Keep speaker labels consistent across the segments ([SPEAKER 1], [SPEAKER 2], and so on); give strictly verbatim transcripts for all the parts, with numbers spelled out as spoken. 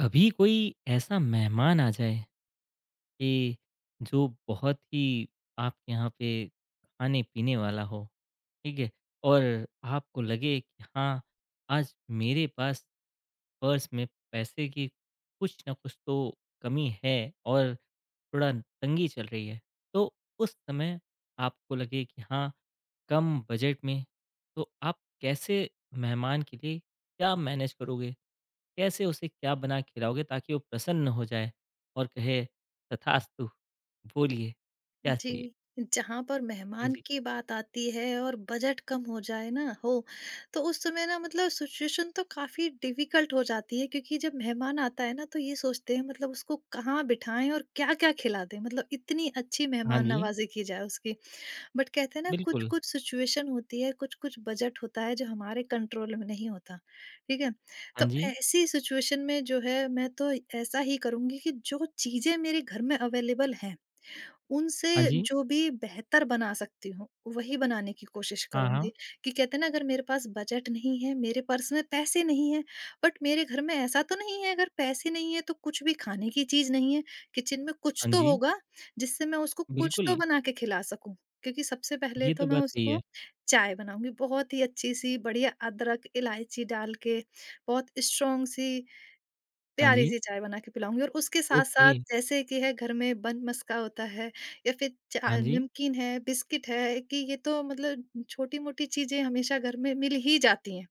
[SPEAKER 1] कभी कोई ऐसा मेहमान आ जाए कि जो बहुत ही आपके यहाँ पे खाने पीने वाला हो, ठीक है, और आपको लगे कि हाँ, आज मेरे पास पर्स में पैसे की कुछ ना कुछ तो कमी है और थोड़ा तंगी चल रही है, तो उस समय आपको लगे कि हाँ, कम बजट में तो आप कैसे मेहमान के लिए क्या मैनेज करोगे, कैसे उसे क्या बना खिलाओगे ताकि वो प्रसन्न हो जाए और कहे तथास्तु। बोलिए, क्या
[SPEAKER 2] जी,
[SPEAKER 1] चाहिए?
[SPEAKER 2] जहाँ पर
[SPEAKER 1] हाँ
[SPEAKER 2] मेहमान
[SPEAKER 1] जी,
[SPEAKER 2] की बात आती है और बजट कम हो जाए ना हो, तो उस समय ना मतलब सिचुएशन तो काफ़ी डिफ़िकल्ट हो जाती है क्योंकि जब मेहमान आता है ना तो ये सोचते हैं मतलब उसको कहाँ बिठाएँ और क्या-क्या खिला दें? मतलब इतनी अच्छी
[SPEAKER 1] हाँ
[SPEAKER 2] मेहमान
[SPEAKER 1] जी,
[SPEAKER 2] नवाज़ी की जाए उसकी। बट कहते हैं ना
[SPEAKER 1] बिल्कुल,
[SPEAKER 2] कुछ-कुछ सिचुएशन होती है, कुछ-कुछ बजट होता है जो हमारे कंट्रोल में नहीं होता, ठीक है?
[SPEAKER 1] हाँ
[SPEAKER 2] तो
[SPEAKER 1] जी,
[SPEAKER 2] ऐसी सिचुएशन में जो है मैं तो ऐसा ही करूँगी कि जो चीज़ें मेरे घर में अवेलेबल हैं उनसे
[SPEAKER 1] हाँ जी,
[SPEAKER 2] जो भी बेहतर बना सकती हूँ, वही बनाने की कोशिश
[SPEAKER 1] हाँ, हाँ,
[SPEAKER 2] करूँगी कि कहते हैं ना अगर मेरे पास बजट नहीं है, मेरे पर्स में पैसे नहीं हैं, बट मेरे घर में ऐसा तो नहीं है अगर पैसे नहीं है तो कुछ भी खाने की चीज़ नहीं है, किचन में कुछ
[SPEAKER 1] हाँ
[SPEAKER 2] तो
[SPEAKER 1] जी,
[SPEAKER 2] होगा जिससे मैं उसको कुछ
[SPEAKER 1] बिल्कुल,
[SPEAKER 2] तो बना के खिला सकूँ। क्योंकि सबसे पहले
[SPEAKER 1] ये
[SPEAKER 2] तो
[SPEAKER 1] तो
[SPEAKER 2] मैं
[SPEAKER 1] बात सही है।
[SPEAKER 2] उसको चाय बनाऊँगी, बहुत ही अच्छी-सी बढ़िया अदरक, इलायची डाल के, बहुत स्ट्रॉन्ग सी
[SPEAKER 1] हाँ
[SPEAKER 2] प्यारी
[SPEAKER 1] जी,
[SPEAKER 2] सी चाय बना के पिलाऊँगी और उसके
[SPEAKER 1] ओके,
[SPEAKER 2] साथ-साथ जैसे कि है घर में बन-मस्का होता है या फिर चा
[SPEAKER 1] हाँ जी,
[SPEAKER 2] नमकीन है, बिस्किट है कि ये तो मतलब छोटी-मोटी चीज़ें हमेशा घर में मिल ही जाती हैं,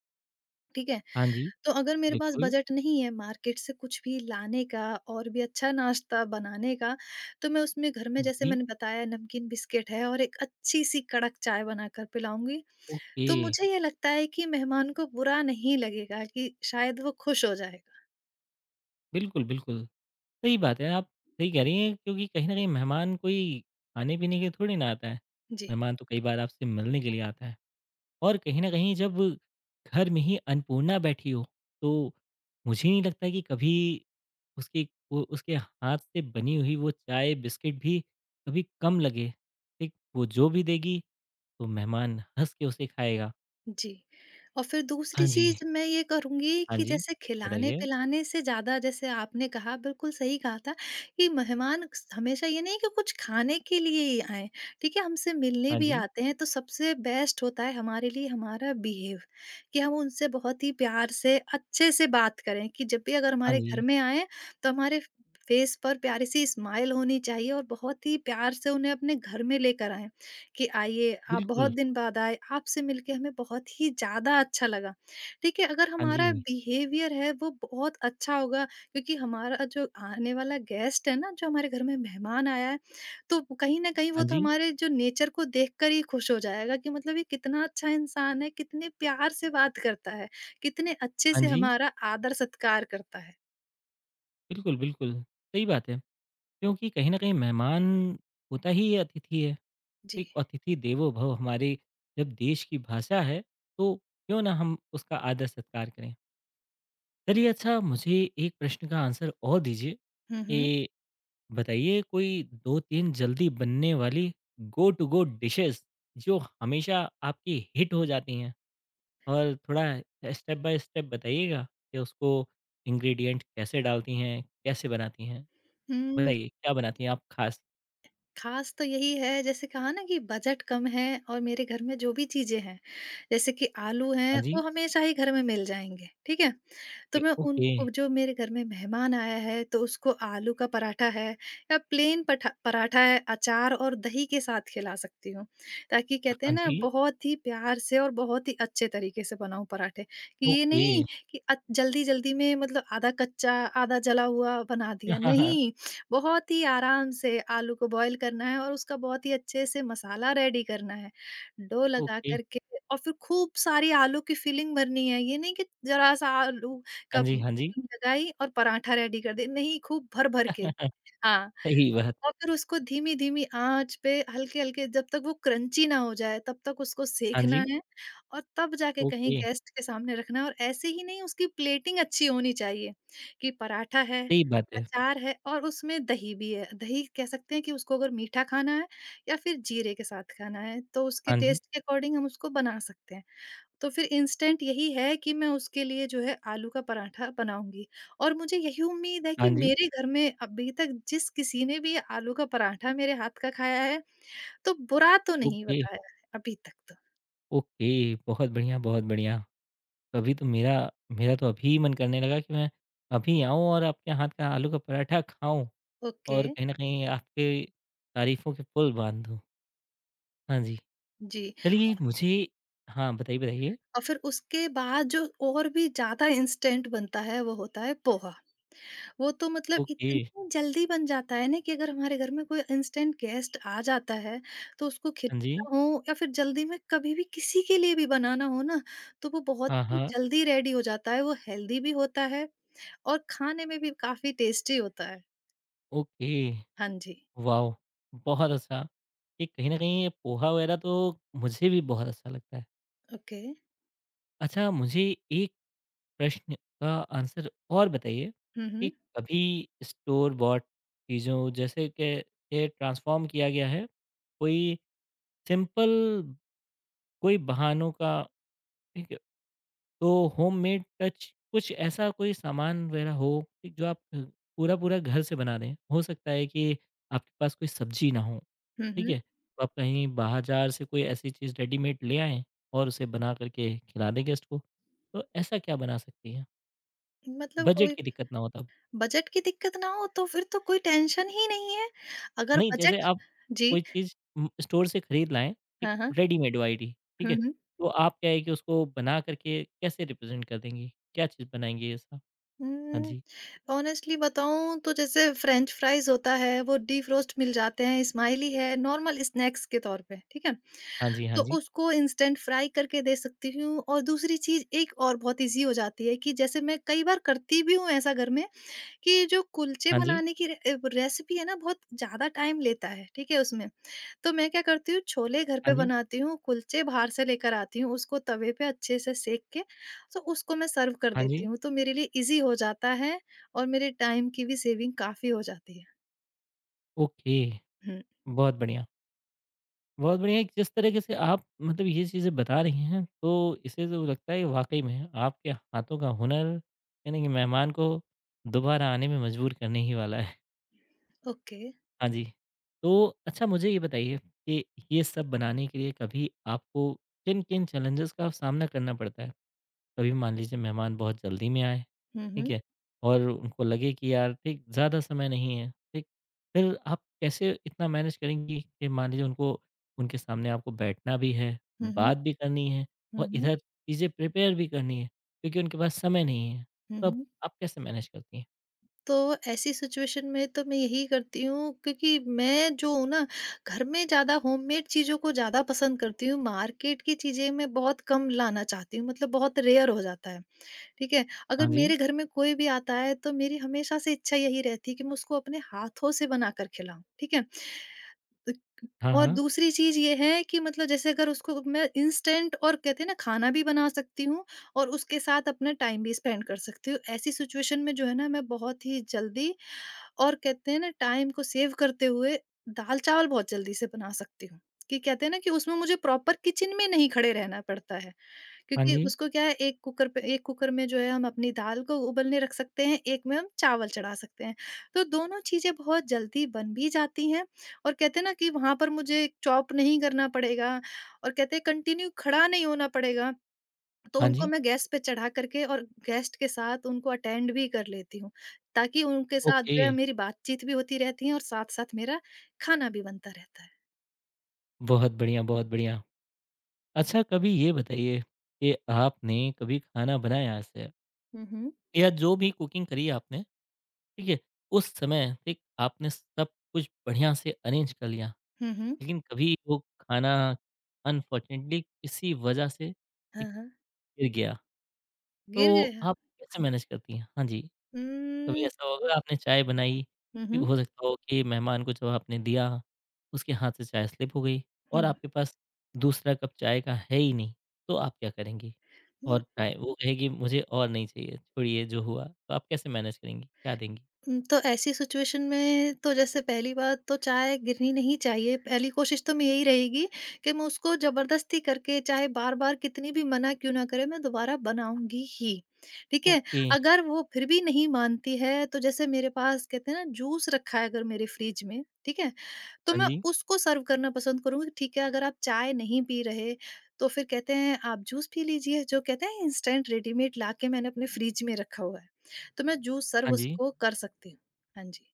[SPEAKER 2] ठीक है?
[SPEAKER 1] हाँ जी,
[SPEAKER 2] तो अगर मेरे पास
[SPEAKER 1] बिल्कुल,
[SPEAKER 2] बजट नहीं है मार्केट से कुछ भी लाने का और भी अच्छा नाश्ता बनाने का, तो मैं उसमें घर में जैसे
[SPEAKER 1] जी,
[SPEAKER 2] मैंने बताया नमकीन बिस्किट है और एक अच्छी-सी कड़क चाय बनाकर पिलाऊँगी।
[SPEAKER 1] ओके,
[SPEAKER 2] तो मुझे ये लगता है कि मेहमान को बुरा नहीं लगेगा कि शायद वो खुश हो जाएगा।
[SPEAKER 1] बिल्कुल, बिल्कुल। सही बात है, आप सही कह रही हैं, क्योंकि कहीं न कहीं मेहमान कोई खाने-पीने के लिए थोड़ी ना आता है,
[SPEAKER 2] जी।
[SPEAKER 1] मेहमान तो कई बार आपसे मिलने के लिए आता है। और कहीं न कहीं जब घर में ही अन्नपूर्णा बैठी हो, तो मुझे नहीं लगता कि कभी उसके वो उसके हाथ से बनी हुई वो चाय, बिस्किट भी कभी कम लगे। ठीक? वो जो भी देगी, तो मेहमान हँस के उसे खाएगा।
[SPEAKER 2] जी। और फिर दूसरी
[SPEAKER 1] हाँ जी।
[SPEAKER 2] चीज़ मैं ये करूँगी
[SPEAKER 1] हाँ
[SPEAKER 2] कि
[SPEAKER 1] जी,
[SPEAKER 2] जैसे
[SPEAKER 1] बताइए।
[SPEAKER 2] खिलाने-पिलाने से ज़्यादा जैसे आपने कहा बिल्कुल सही कहा था कि मेहमान हमेशा ये नहीं कि कुछ खाने के लिए ही आएँ, ठीक है? हमसे मिलने
[SPEAKER 1] हाँ
[SPEAKER 2] भी
[SPEAKER 1] जी,
[SPEAKER 2] आते हैं तो सबसे बेस्ट होता है हमारे लिए हमारा बिहेव कि हम उनसे बहुत ही प्यार से, अच्छे से बात करें कि जब भी अगर
[SPEAKER 1] हाँ
[SPEAKER 2] हमारे घर
[SPEAKER 1] जी,
[SPEAKER 2] में आएँ तो हमारे फेस पर प्यारी सी स्माइल होनी चाहिए और बहुत ही प्यार से उन्हें अपने घर में लेकर आएँ। कि आइए आप
[SPEAKER 1] बिल्कुल।
[SPEAKER 2] बहुत दिन बाद आए, आपसे मिलके हमें बहुत ही ज़्यादा अच्छा लगा। ठीक है, अगर
[SPEAKER 1] हाँ जी,
[SPEAKER 2] हमारा बिहेवियर है वो बहुत अच्छा होगा क्योंकि हमारा जो आने वाला गेस्ट है ना, जो हमारे घर में मेहमान आया है, तो कहीं न कहीं
[SPEAKER 1] हाँ
[SPEAKER 2] वो तो
[SPEAKER 1] जी,
[SPEAKER 2] हमारे जो नेचर को देखकर ही खुश हो जाएगा कि मतलब ये कितना अच्छा इंसान है, कितने प्यार से बात करता है, कितने अच्छे
[SPEAKER 1] हाँ
[SPEAKER 2] से
[SPEAKER 1] जी।
[SPEAKER 2] हमारा आदर-सत्कार करता है।
[SPEAKER 1] बिल्कुल, बिल्कुल। सही बात है, क्योंकि कहीं न कहीं मेहमान होता ही अतिथि है।
[SPEAKER 2] जी।
[SPEAKER 1] एक अतिथि देवो भव हमारे जब देश की भाषा है, तो क्यों ना हम उसका आदर सत्कार करें। चलिए, अच्छा, मुझे एक प्रश्न का आंसर और दीजिए
[SPEAKER 2] हुँ, हुँ।
[SPEAKER 1] कि बताइए कोई दो तीन जल्दी बनने वाली गो टू गो डिशेस, जो हमेशा आपकी हिट हो जाती हैं, और थोड़ा स्टेप बाय स्टेप बताइएगा कि उसको इंग्रेडिएंट कैसे डालती हैं, कैसे बनाती हैं।
[SPEAKER 2] हुँ।
[SPEAKER 1] बताइए क्या बनाती हैं आप खास।
[SPEAKER 2] खास तो यही है जैसे कहा ना कि बजट कम है और मेरे घर में जो भी चीजें हैं जैसे कि आलू हैं
[SPEAKER 1] हाँ जी।
[SPEAKER 2] वो हमेशा ही घर में मिल जाएंगे, ठीक है? तो
[SPEAKER 1] ए-
[SPEAKER 2] मैं
[SPEAKER 1] ओके।
[SPEAKER 2] उनको जो मेरे घर में मेहमान आया है तो उसको आलू का पराठा है या प्लेन पठा पराठा है अचार और दही के साथ खिला सकती हूँ ताकि कहते
[SPEAKER 1] हाँ
[SPEAKER 2] हैं ना
[SPEAKER 1] जी।
[SPEAKER 2] बहुत ही प्यार से और बहुत ही अच्छे तरीके से बनाऊं पराठे, कि ये
[SPEAKER 1] ओके।
[SPEAKER 2] नहीं कि अ- जल्दी जल्दी में मतलब आधा कच्चा आधा जला हुआ बना दिया नहीं। बहुत ही आराम से आलू को बॉईल करना है और उसका बहुत ही अच्छे से मसाला रेडी करना है डो लगा
[SPEAKER 1] ओके।
[SPEAKER 2] करके। और फिर खूब सारी आलू की फिलिंग भरनी है, ये नहीं कि जरा सा आलू
[SPEAKER 1] हाँ
[SPEAKER 2] कप
[SPEAKER 1] जी, हाँ जी।
[SPEAKER 2] लगाई और पराठा रेडी कर दिया, नहीं खूब भर-भर के। हाँ,
[SPEAKER 1] सही बात।
[SPEAKER 2] और फिर उसको धीमी-धीमी आँच पे हल्के-हल्के जब तक वो क्रंची ना हो जाए तब तक उसको
[SPEAKER 1] हाँ
[SPEAKER 2] सेंकना
[SPEAKER 1] जी,
[SPEAKER 2] है और तब जाके कहीं
[SPEAKER 1] ओके।
[SPEAKER 2] गेस्ट के सामने रखना है, और ऐसे ही नहीं, उसकी प्लेटिंग अच्छी होनी चाहिए कि पराठा है,
[SPEAKER 1] सही बात है।
[SPEAKER 2] अचार है और उसमें दही भी है। दही कह सकते हैं कि उसको अगर मीठा खाना है या फिर जीरे के साथ खाना है, तो उसके
[SPEAKER 1] हाँ जी,
[SPEAKER 2] टेस्ट के अकॉर्डिंग हम उसको बना सकते हैं। तो फिर इंस्टेंट यही है कि मैं उसके लिए जो है आलू का पराठा बनाऊँगी, और मुझे यही उम्मीद है
[SPEAKER 1] हाँ
[SPEAKER 2] कि
[SPEAKER 1] जी।
[SPEAKER 2] मेरे घर में अभी तक जिस किसी ने भी आलू का पराठा मेरे हाथ का खाया है, तो बुरा तो नहीं
[SPEAKER 1] ओके,
[SPEAKER 2] बताया है अभी तक तो।
[SPEAKER 1] ओके। बहुत बढ़िया, बहुत बढ़िया। तभी तो मेरा मेरा तो अभी मन करने लगा कि मैं अभी आऊँ और आपके हाथ का आलू का पराठा खाऊँ
[SPEAKER 2] ओके,
[SPEAKER 1] और कहीं न कहीं आपके तारीफ़ों के पुल बाँध दूँ। हाँ जी।
[SPEAKER 2] जी।
[SPEAKER 1] चलिए मुझे, हाँ, बताइए, बताइए।
[SPEAKER 2] और फिर उसके बाद जो और भी ज़्यादा इंस्टेंट बनता है वो होता है पोहा। वो तो मतलब
[SPEAKER 1] ओके।
[SPEAKER 2] इतनी जल्दी बन जाता है ना कि अगर हमारे घर में कोई इंस्टेंट गेस्ट आ जाता है तो उसको
[SPEAKER 1] हाँ जी।
[SPEAKER 2] खिलाना हो या फिर जल्दी में कभी भी किसी के लिए भी बनाना हो ना, तो वो बहुत
[SPEAKER 1] हाँ,
[SPEAKER 2] ही
[SPEAKER 1] हाँ।
[SPEAKER 2] जल्दी रेडी हो जाता है, वो हेल्दी भी होता है और खाने में भी काफी टेस्टी होता है।
[SPEAKER 1] ओके।
[SPEAKER 2] हाँ जी।
[SPEAKER 1] वाओ! बहुत अच्छा। ये कहीं न कहीं ये पोहा वगैरह तो मुझे भी बहुत अच्छा लगता है।
[SPEAKER 2] ओके।
[SPEAKER 1] अच्छा, मुझे एक प्रश्न का आंसर और बताइए
[SPEAKER 2] हम्म
[SPEAKER 1] कि
[SPEAKER 2] हम्म।
[SPEAKER 1] कभी स्टोर बॉट चीज़ों जैसे के ये ट्रांसफ़ॉर्म किया गया है, कोई सिंपल, कोई बहानों का, ठीक है, तो होममेड टच, कुछ ऐसा कोई सामान वगैरह हो कि जो आप अ, पूरा-पूरा घर से बना दें? हो सकता है कि आपके पास कोई सब्ज़ी ना हो,
[SPEAKER 2] हम्म
[SPEAKER 1] ठीक
[SPEAKER 2] हम्म।
[SPEAKER 1] है? तो आप कहीं बाज़ार से कोई ऐसी चीज़ रेडीमेड ले आएँ और उसे बना कर के खिला दें गेस्ट को, तो ऐसा क्या बना सकती हैं?
[SPEAKER 2] मतलब
[SPEAKER 1] बजट
[SPEAKER 2] कोई
[SPEAKER 1] की दिक्कत ना हो तब।
[SPEAKER 2] बजट की दिक्कत ना हो तो फिर तो कोई टेंशन ही नहीं है, अगर
[SPEAKER 1] नहीं, जैसे
[SPEAKER 2] बजट।
[SPEAKER 1] आप
[SPEAKER 2] जी।
[SPEAKER 1] कोई चीज़ उम, स्टोर से खरीद लाएँ, एक
[SPEAKER 2] हाँ हाँ।
[SPEAKER 1] रेडीमेड आईडी, ठीक
[SPEAKER 2] हम्म
[SPEAKER 1] है?
[SPEAKER 2] हम्म।
[SPEAKER 1] तो आप क्या है कि उसको बना कर के कैसे रिप्रेज़ेंट कर देंगी? क्या चीज़ बनाएँगी ऐसा? हाँ
[SPEAKER 2] हुँ,
[SPEAKER 1] जी।
[SPEAKER 2] ऑनेस्टली बताऊँ तो जैसे फ्रेंच फ्राइज़ होता है, वो डीप रोस्ट मिल जाते हैं, स्माइली है, नॉर्मल स्नैक्स के तौर पे, ठीक है?
[SPEAKER 1] हाँ जी, हाँ
[SPEAKER 2] तो
[SPEAKER 1] जी।
[SPEAKER 2] उसको इंस्टेंट फ्राई करके दे सकती हूँ, और दूसरी चीज़ एक और बहुत ईज़ी हो जाती है कि जैसे मैं कई बार करती भी हूँ ऐसा घर में कि जो कुलचे
[SPEAKER 1] हाँ जी,
[SPEAKER 2] बनाने की रे अ, रेसिपी है ना बहुत ज़्यादा टाइम लेता है, ठीक है उसमें। तो मैं क्या करती हूँ छोले घर
[SPEAKER 1] हाँ
[SPEAKER 2] पे
[SPEAKER 1] जी,
[SPEAKER 2] बनाती हूँ, कुलचे बाहर से लेकर आती हूँ, उसको तवे पे अच्छे से सेंक के तो उसको मैं सर्व कर
[SPEAKER 1] हाँ जी।
[SPEAKER 2] देती हूँ, तो मेरे लिए ईज़ी हो जाता है और मेरे टाइम की भी सेविंग काफ़ी हो जाती है।
[SPEAKER 1] ओके,
[SPEAKER 2] हुँ,
[SPEAKER 1] बहुत बढ़िया। बहुत बढ़िया कि जिस तरीके से आप मतलब ये चीज़ें बता रही हैं, तो इससे तो लगता है वाक़ई में आपके हाथों का हुनर, यानी कि मेहमान को दोबारा आने में मजबूर करने ही वाला है।
[SPEAKER 2] ओके।
[SPEAKER 1] हाँ जी। तो अच्छा, मुझे ये बताइए कि ये सब बनाने के लिए कभी आपको किन-किन चैलेंजेस का सामना करना पड़ता है? कभी मान लीजिए मेहमान बहुत जल्दी में आए,
[SPEAKER 2] हुँ,
[SPEAKER 1] ठीक
[SPEAKER 2] हुँ।
[SPEAKER 1] है? और उनको लगे कि यार ठीक ज़्यादा समय नहीं है, ठीक? फिर आप कैसे इतना मैनेज करेंगी कि मान लीजिए उनको उनके सामने आपको बैठना भी है,
[SPEAKER 2] हुँ, हुँ।
[SPEAKER 1] बात भी करनी है और
[SPEAKER 2] हुँ, हुँ।
[SPEAKER 1] इधर चीज़ें प्रिपेयर भी करनी है क्योंकि उनके पास समय नहीं है।
[SPEAKER 2] हुँ,
[SPEAKER 1] तब आप
[SPEAKER 2] हुँ।
[SPEAKER 1] आप कैसे मैनेज करती हैं?
[SPEAKER 2] तो ऐसी सिचुएशन में तो मैं यही करती हूँ क्योंकि मैं जो हूँ ना, घर में ज़्यादा होममेड चीज़ों को ज़्यादा पसंद करती हूँ, मार्केट की चीज़ें मैं बहुत कम लाना चाहती हूँ, मतलब बहुत रेयर हो जाता है। ठीक है? अगर
[SPEAKER 1] हाँ जी।
[SPEAKER 2] मेरे घर में कोई भी आता है तो मेरी हमेशा से इच्छा यही रहती है कि मैं उसको अपने हाथों से बनाकर खिलाऊँ, ठीक है? अ,
[SPEAKER 1] हाँ,
[SPEAKER 2] और
[SPEAKER 1] हाँ।
[SPEAKER 2] दूसरी चीज़ ये है कि मतलब जैसे अगर उसको मैं इंस्टेंट और कहते हैं ना खाना भी बना सकती हूँ और उसके साथ अपना टाइम भी स्पेंड कर सकती हूँ। ऐसी सिचुएशन में जो है ना मैं बहुत ही जल्दी और कहते हैं ना टाइम को सेव करते हुए दाल-चावल बहुत जल्दी से बना सकती हूँ। कि कहते हैं ना कि उसमें मुझे प्रॉपर किचन में नहीं खड़े रहना पड़ता है।
[SPEAKER 1] हाँ
[SPEAKER 2] क्योंकि
[SPEAKER 1] जी।
[SPEAKER 2] उसको क्या है एक कुकर पे एक कुकर में जो है हम अपनी दाल को उबलने रख सकते हैं, एक में हम चावल चढ़ा सकते हैं। तो दोनों चीज़ें बहुत जल्दी बन भी जाती हैं और कहते हैं ना कि वहाँ पर मुझे चॉप नहीं करना पड़ेगा और कहते हैं कंटिन्यू खड़ा नहीं होना पड़ेगा। तो
[SPEAKER 1] हाँ
[SPEAKER 2] उनको
[SPEAKER 1] जी।
[SPEAKER 2] मैं गैस पे चढ़ा करके और गेस्ट के साथ उनको अटेंड भी कर लेती हूँ, ताकि उनके साथ
[SPEAKER 1] ओके।
[SPEAKER 2] जो है मेरी बातचीत भी होती रहती है और साथ-साथ मेरा खाना भी बनता रहता है।
[SPEAKER 1] बहुत बढ़िया, बहुत बढ़िया। अच्छा, कभी ये बताइए कि आपने कभी खाना बनाया ऐसे
[SPEAKER 2] हुँ, हुँ।
[SPEAKER 1] या जो भी कुकिंग करी आपने, ठीक है? उस समय एक आपने सब कुछ बढ़िया से अरेंज कर लिया,
[SPEAKER 2] हुँ, हुँ।
[SPEAKER 1] लेकिन कभी वो खाना अनफॉर्चुनेटली किसी वजह से एक
[SPEAKER 2] हाँ, हाँ।
[SPEAKER 1] गिर गया,
[SPEAKER 2] गिर
[SPEAKER 1] तो
[SPEAKER 2] गया?
[SPEAKER 1] आप कैसे मैनेज करती हैं? हाँ जी। कभी
[SPEAKER 2] उम,
[SPEAKER 1] ऐसा होगा आपने चाय बनाई,
[SPEAKER 2] हुँ,
[SPEAKER 1] ठीक,
[SPEAKER 2] हुँ।
[SPEAKER 1] हो सकता हो कि मेहमान को जब आपने दिया, उसके हाथ से चाय स्लिप हो गई
[SPEAKER 2] हुँ।
[SPEAKER 1] और आपके पास दूसरा कप चाय का है ही नहीं, तो आप क्या करेंगी? और चाय वो कहेगी मुझे और नहीं चाहिए, छोड़िए जो हुआ, तो आप कैसे मैनेज करेंगी? क्या देंगी?
[SPEAKER 2] हुँ, तो ऐसी सिचुएशन में तो जैसे पहली बात तो चाय गिरनी नहीं चाहिए। पहली कोशिश तो मेरी यही रहेगी कि मैं उसको ज़बरदस्ती करके चाहे बार-बार कितनी भी मना क्यों ना करे, मैं दोबारा बनाऊँगी ही। ठीक है?
[SPEAKER 1] ओके,
[SPEAKER 2] अगर वो फिर भी नहीं मानती है, तो जैसे मेरे पास कहते हैं ना जूस रखा है अगर मेरे फ्रिज में, ठीक है? तो
[SPEAKER 1] हाँ
[SPEAKER 2] मैं
[SPEAKER 1] जी,
[SPEAKER 2] उसको सर्व करना पसंद करूँगी। ठीक है, अगर आप चाय नहीं पी रहे, तो फिर कहते हैं आप जूस पी लीजिए, जो कहते हैं इंस्टेंट रेडीमेड लाके मैंने अपने फ्रिज में रखा हुआ है। तो मैं जो सर्व
[SPEAKER 1] हाँ जी।
[SPEAKER 2] उसको कर सकती हूँ। हाँ जी।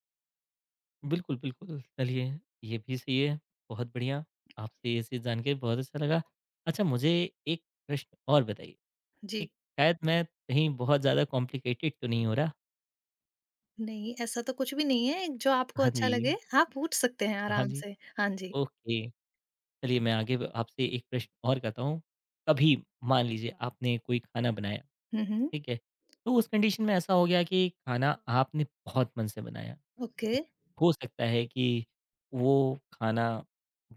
[SPEAKER 1] बिल्कुल, बिल्कुल, चलिए, ये भी सही है, बहुत बढ़िया, आपसे ये चीज़ जान के बहुत अच्छा लगा। अच्छा, मुझे एक प्रश्न और बताइए,
[SPEAKER 2] जी।
[SPEAKER 1] एक, शायद मैं कहीं बहुत ज़्यादा कॉम्प्लिकेटेड तो नहीं हो रहा?
[SPEAKER 2] नहीं, ऐसा तो कुछ भी नहीं है, जो आपको
[SPEAKER 1] हाँ
[SPEAKER 2] अच्छा लगे
[SPEAKER 1] जी।
[SPEAKER 2] आप पूछ सकते हैं
[SPEAKER 1] हाँ
[SPEAKER 2] आराम
[SPEAKER 1] जी,
[SPEAKER 2] से। हाँ जी।
[SPEAKER 1] ओके। चलिए, मैं आगे ब आपसे एक प्रश्न और करता हूँ। कभी मान लीजिए आपने कोई खाना बनाया,
[SPEAKER 2] हुँ, हुँ।
[SPEAKER 1] ठीक है? तो उस कंडीशन में ऐसा हो गया कि खाना आपने बहुत मन से बनाया, ठीक
[SPEAKER 2] ओके।
[SPEAKER 1] है? हो सकता है कि वो खाना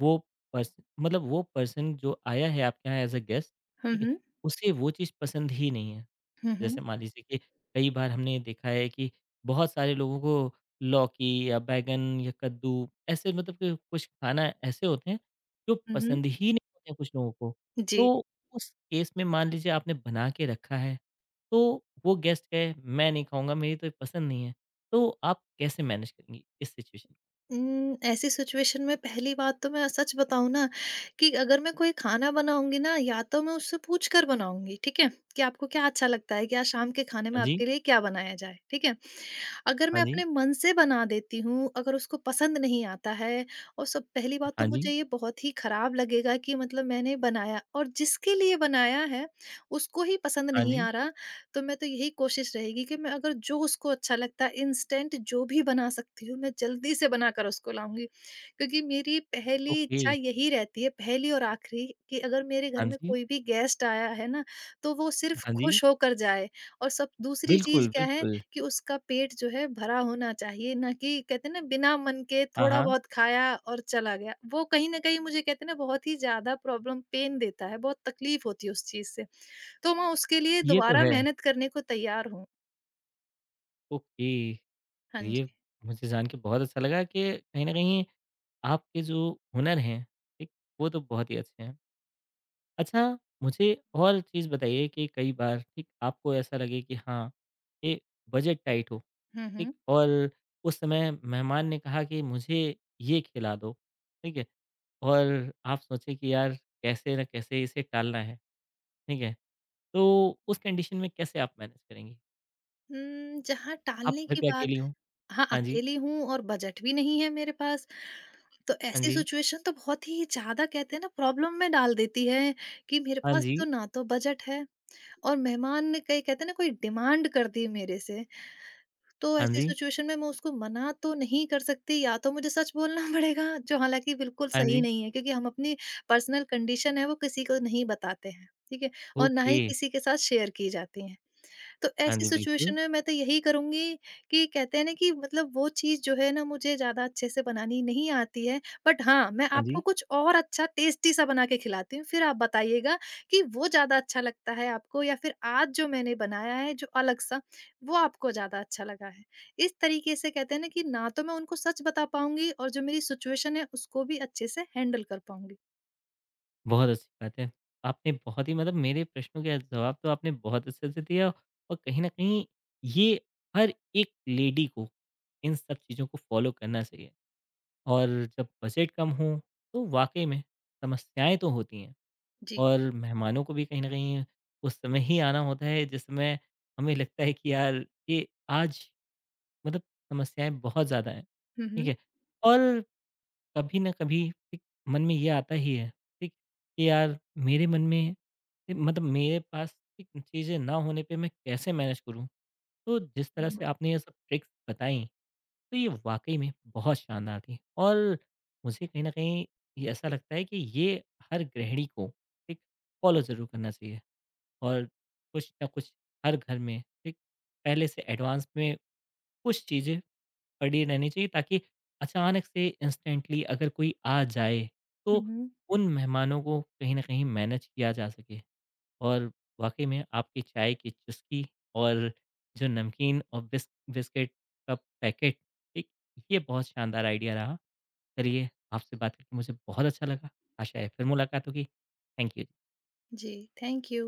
[SPEAKER 1] वो पर्स मतलब वो पर्सन जो आया है आपके यहाँ एज़ अ गेस्ट,
[SPEAKER 2] हुँ,
[SPEAKER 1] ठीक है?
[SPEAKER 2] हुँ।
[SPEAKER 1] उसे वो चीज़ पसंद ही नहीं है।
[SPEAKER 2] हुँ,
[SPEAKER 1] जैसे
[SPEAKER 2] हुँ।
[SPEAKER 1] मान लीजिए कि कई बार हमने देखा है कि बहुत सारे लोगों को लौकी या बैंगन या कद्दू ऐसे मतलब कि कुछ खाना ऐसे होते हैं जो
[SPEAKER 2] हुँ, हुँ।
[SPEAKER 1] पसंद ही नहीं होते हैं कुछ लोगों को।
[SPEAKER 2] जी।
[SPEAKER 1] तो उस केस में मान लीजिए आपने बना के रखा है, तो वो गेस्ट कहे मैं नहीं खाऊँगा, मेरी तो ये पसंद नहीं है। तो आप कैसे मैनेज करेंगी इस सिचुएशन?
[SPEAKER 2] उम, ऐसी सिचुएशन में पहली बात तो मैं सच बताऊँ ना कि अगर मैं कोई खाना बनाऊँगी ना या तो मैं उससे पूछ कर बनाऊँगी, ठीक है? कि आपको क्या अच्छा लगता है? कि आज शाम के खाने
[SPEAKER 1] हाँ
[SPEAKER 2] में
[SPEAKER 1] जी,
[SPEAKER 2] आपके लिए क्या बनाया जाए, ठीक है? अगर
[SPEAKER 1] हाँ
[SPEAKER 2] मैं
[SPEAKER 1] जी,
[SPEAKER 2] अपने मन से बना देती हूँ, अगर उसको पसंद नहीं आता है और सब, पहली बात तो
[SPEAKER 1] हाँ जी,
[SPEAKER 2] मुझे ये बहुत ही खराब लगेगा कि मतलब मैंने बनाया और जिसके लिए बनाया है, उसको ही पसंद
[SPEAKER 1] हाँ
[SPEAKER 2] नहीं
[SPEAKER 1] जी,
[SPEAKER 2] आ रहा, तो मैं तो यही कोशिश रहेगी कि मैं अगर जो उसको अच्छा लगता है, इंस्टेंट जो भी बना सकती हूँ, मैं जल्दी से बनाकर उसको लाऊँगी। क्योंकि मेरी पहली
[SPEAKER 1] ओके,
[SPEAKER 2] इच्छा यही रहती है, पहली और आखिरी, कि अगर मेरे घर
[SPEAKER 1] हाँ
[SPEAKER 2] में
[SPEAKER 1] जी,
[SPEAKER 2] कोई भी गेस्ट आया है ना, तो वो सिर्फ़
[SPEAKER 1] हाँ जी।
[SPEAKER 2] खुश होकर जाए। और सब दूसरी
[SPEAKER 1] बिल्कुल,
[SPEAKER 2] चीज़ क्या है
[SPEAKER 1] बिल्कुल।
[SPEAKER 2] कि उसका पेट जो है भरा होना चाहिए, ना कि कहते हैं ना बिना मन के
[SPEAKER 1] हाँ, हाँ,
[SPEAKER 2] थोड़ा-बहुत खाया और चला गया। वो कहीं न कहीं मुझे कहते हैं ना बहुत ही ज़्यादा प्रॉब्लम पेन देता है, बहुत तकलीफ़ होती है उस चीज़ से। तो मैं उसके लिए
[SPEAKER 1] ये तो
[SPEAKER 2] दोबारा
[SPEAKER 1] है।
[SPEAKER 2] मेहनत करने को तैयार हूँ।
[SPEAKER 1] ओके। तो
[SPEAKER 2] हाँ
[SPEAKER 1] ये
[SPEAKER 2] जी।
[SPEAKER 1] मुझे जान के बहुत अच्छा लगा कि कहीं न कहीं आपके जो हुनर हैं, ठीक, वो तो बहुत ही अच्छे हैं। अच्छा, मुझे और चीज़ बताइए कि कई बार, ठीक, आपको ऐसा लगे कि हाँ, ये बजट टाइट हो,
[SPEAKER 2] हुँ,
[SPEAKER 1] ठीक,
[SPEAKER 2] हुँ।
[SPEAKER 1] और उस समय मेहमान ने कहा कि मुझे ये खिला दो, ठीक है, और आप सोचे कि यार कैसे न कैसे इसे टालना है, ठीक है, तो उस कंडीशन में कैसे आप मैनेज करेंगी?
[SPEAKER 2] उम, जहाँ
[SPEAKER 1] आप
[SPEAKER 2] टालने
[SPEAKER 1] घर
[SPEAKER 2] की
[SPEAKER 1] पे
[SPEAKER 2] बात।
[SPEAKER 1] अकेली हो?
[SPEAKER 2] हाँ,
[SPEAKER 1] हाँ जी,
[SPEAKER 2] अकेली हूँ और बजट भी नहीं है मेरे पास, तो
[SPEAKER 1] हाँ
[SPEAKER 2] ऐसी
[SPEAKER 1] जी,
[SPEAKER 2] सिचुएशन तो बहुत ही ज़्यादा कहते हैं ना प्रॉब्लम में डाल देती है कि मेरे
[SPEAKER 1] हाँ
[SPEAKER 2] पास
[SPEAKER 1] जी,
[SPEAKER 2] तो ना तो बजट है और मेहमान ने कहीं कहते हैं ना कोई डिमांड कर दी मेरे से। तो
[SPEAKER 1] हाँ
[SPEAKER 2] ऐसी
[SPEAKER 1] जी,
[SPEAKER 2] सिचुएशन में मैं उसको मना तो नहीं कर सकती, या तो मुझे सच बोलना पड़ेगा जो हालाँकि बिल्कुल
[SPEAKER 1] हाँ
[SPEAKER 2] सही
[SPEAKER 1] जी।
[SPEAKER 2] नहीं है क्योंकि हम अपनी पर्सनल कंडीशन है वो किसी को नहीं बताते हैं, ठीक है? और ना
[SPEAKER 1] ओके।
[SPEAKER 2] ही किसी के साथ शेयर की जाती है। तो
[SPEAKER 1] हाँ
[SPEAKER 2] ऐसी
[SPEAKER 1] जी, बिल्कुल।
[SPEAKER 2] सिचुएशन में मैं तो यही करूँगी कि कहते हैं ना कि मतलब वो चीज़ जो है ना मुझे ज़्यादा अच्छे से बनानी नहीं आती है, बट हाँ, मैं
[SPEAKER 1] हाँ
[SPEAKER 2] आपको
[SPEAKER 1] जी,
[SPEAKER 2] कुछ और अच्छा टेस्टी सा बना के खिलाती हूँ, फिर आप बताइएगा कि वो ज़्यादा अच्छा लगता है आपको या फिर आज जो मैंने बनाया है जो अलग सा, वो आपको ज़्यादा अच्छा लगा है। इस तरीके से कहते हैं ना कि ना तो मैं उनको सच बता पाऊँगी और जो मेरी सिचुएशन है उसको भी अच्छे से हैंडल कर पाऊँगी।
[SPEAKER 1] बहुत अच्छी बात है। आपने बहुत ही मतलब मेरे प्रश्नों के जवाब तो आपने बहुत अच्छे से दिया और कहीं न कहीं ये हर एक लेडी को इन सब चीज़ों को फ़ॉलो करना चाहिए। और जब बजट कम हो, तो वाक़ई में समस्याएँ तो होती हैं
[SPEAKER 2] जी।
[SPEAKER 1] और मेहमानों को भी कहीं न कहीं उस समय ही आना होता है जिस समय हमें लगता है कि यार ये आज मतलब समस्याएँ बहुत ज़्यादा हैं,
[SPEAKER 2] हुँ,
[SPEAKER 1] ठीक
[SPEAKER 2] हुँ।
[SPEAKER 1] है? और कभी ना कभी एक मन में ये आता ही है, ठीक, कि यार मेरे मन में कि मतलब मेरे पास एक चीज़ें ना होने पे मैं कैसे मैनेज करूं, तो जिस तरह से आपने ये सब ट्रिक्स बताई, तो ये वाकई में बहुत शानदार थी। और मुझे कहीं ना कहीं ये ऐसा लगता है कि ये हर गृहिणी को एक फॉलो ज़रूर करना चाहिए। और कुछ ना कुछ हर घर में एक पहले से एडवांस में कुछ चीज़ें पड़ी रहनी चाहिए ताकि अचानक से इंस्टेंटली अगर कोई आ जाए, तो
[SPEAKER 2] हुँ, हुँ।
[SPEAKER 1] उन मेहमानों को कहीं न कहीं मैनेज किया जा सके। और वाक़ई में आपकी चाय की चुस्की और जो नमकीन और बिस बिस्किट का पैकेट, ठीक? ये बहुत शानदार आइडिया रहा। चलिए, आपसे बात करके मुझे बहुत अच्छा लगा। आशा है फिर मुलाकात होगी। Thank you.
[SPEAKER 2] जी, थैंक यू।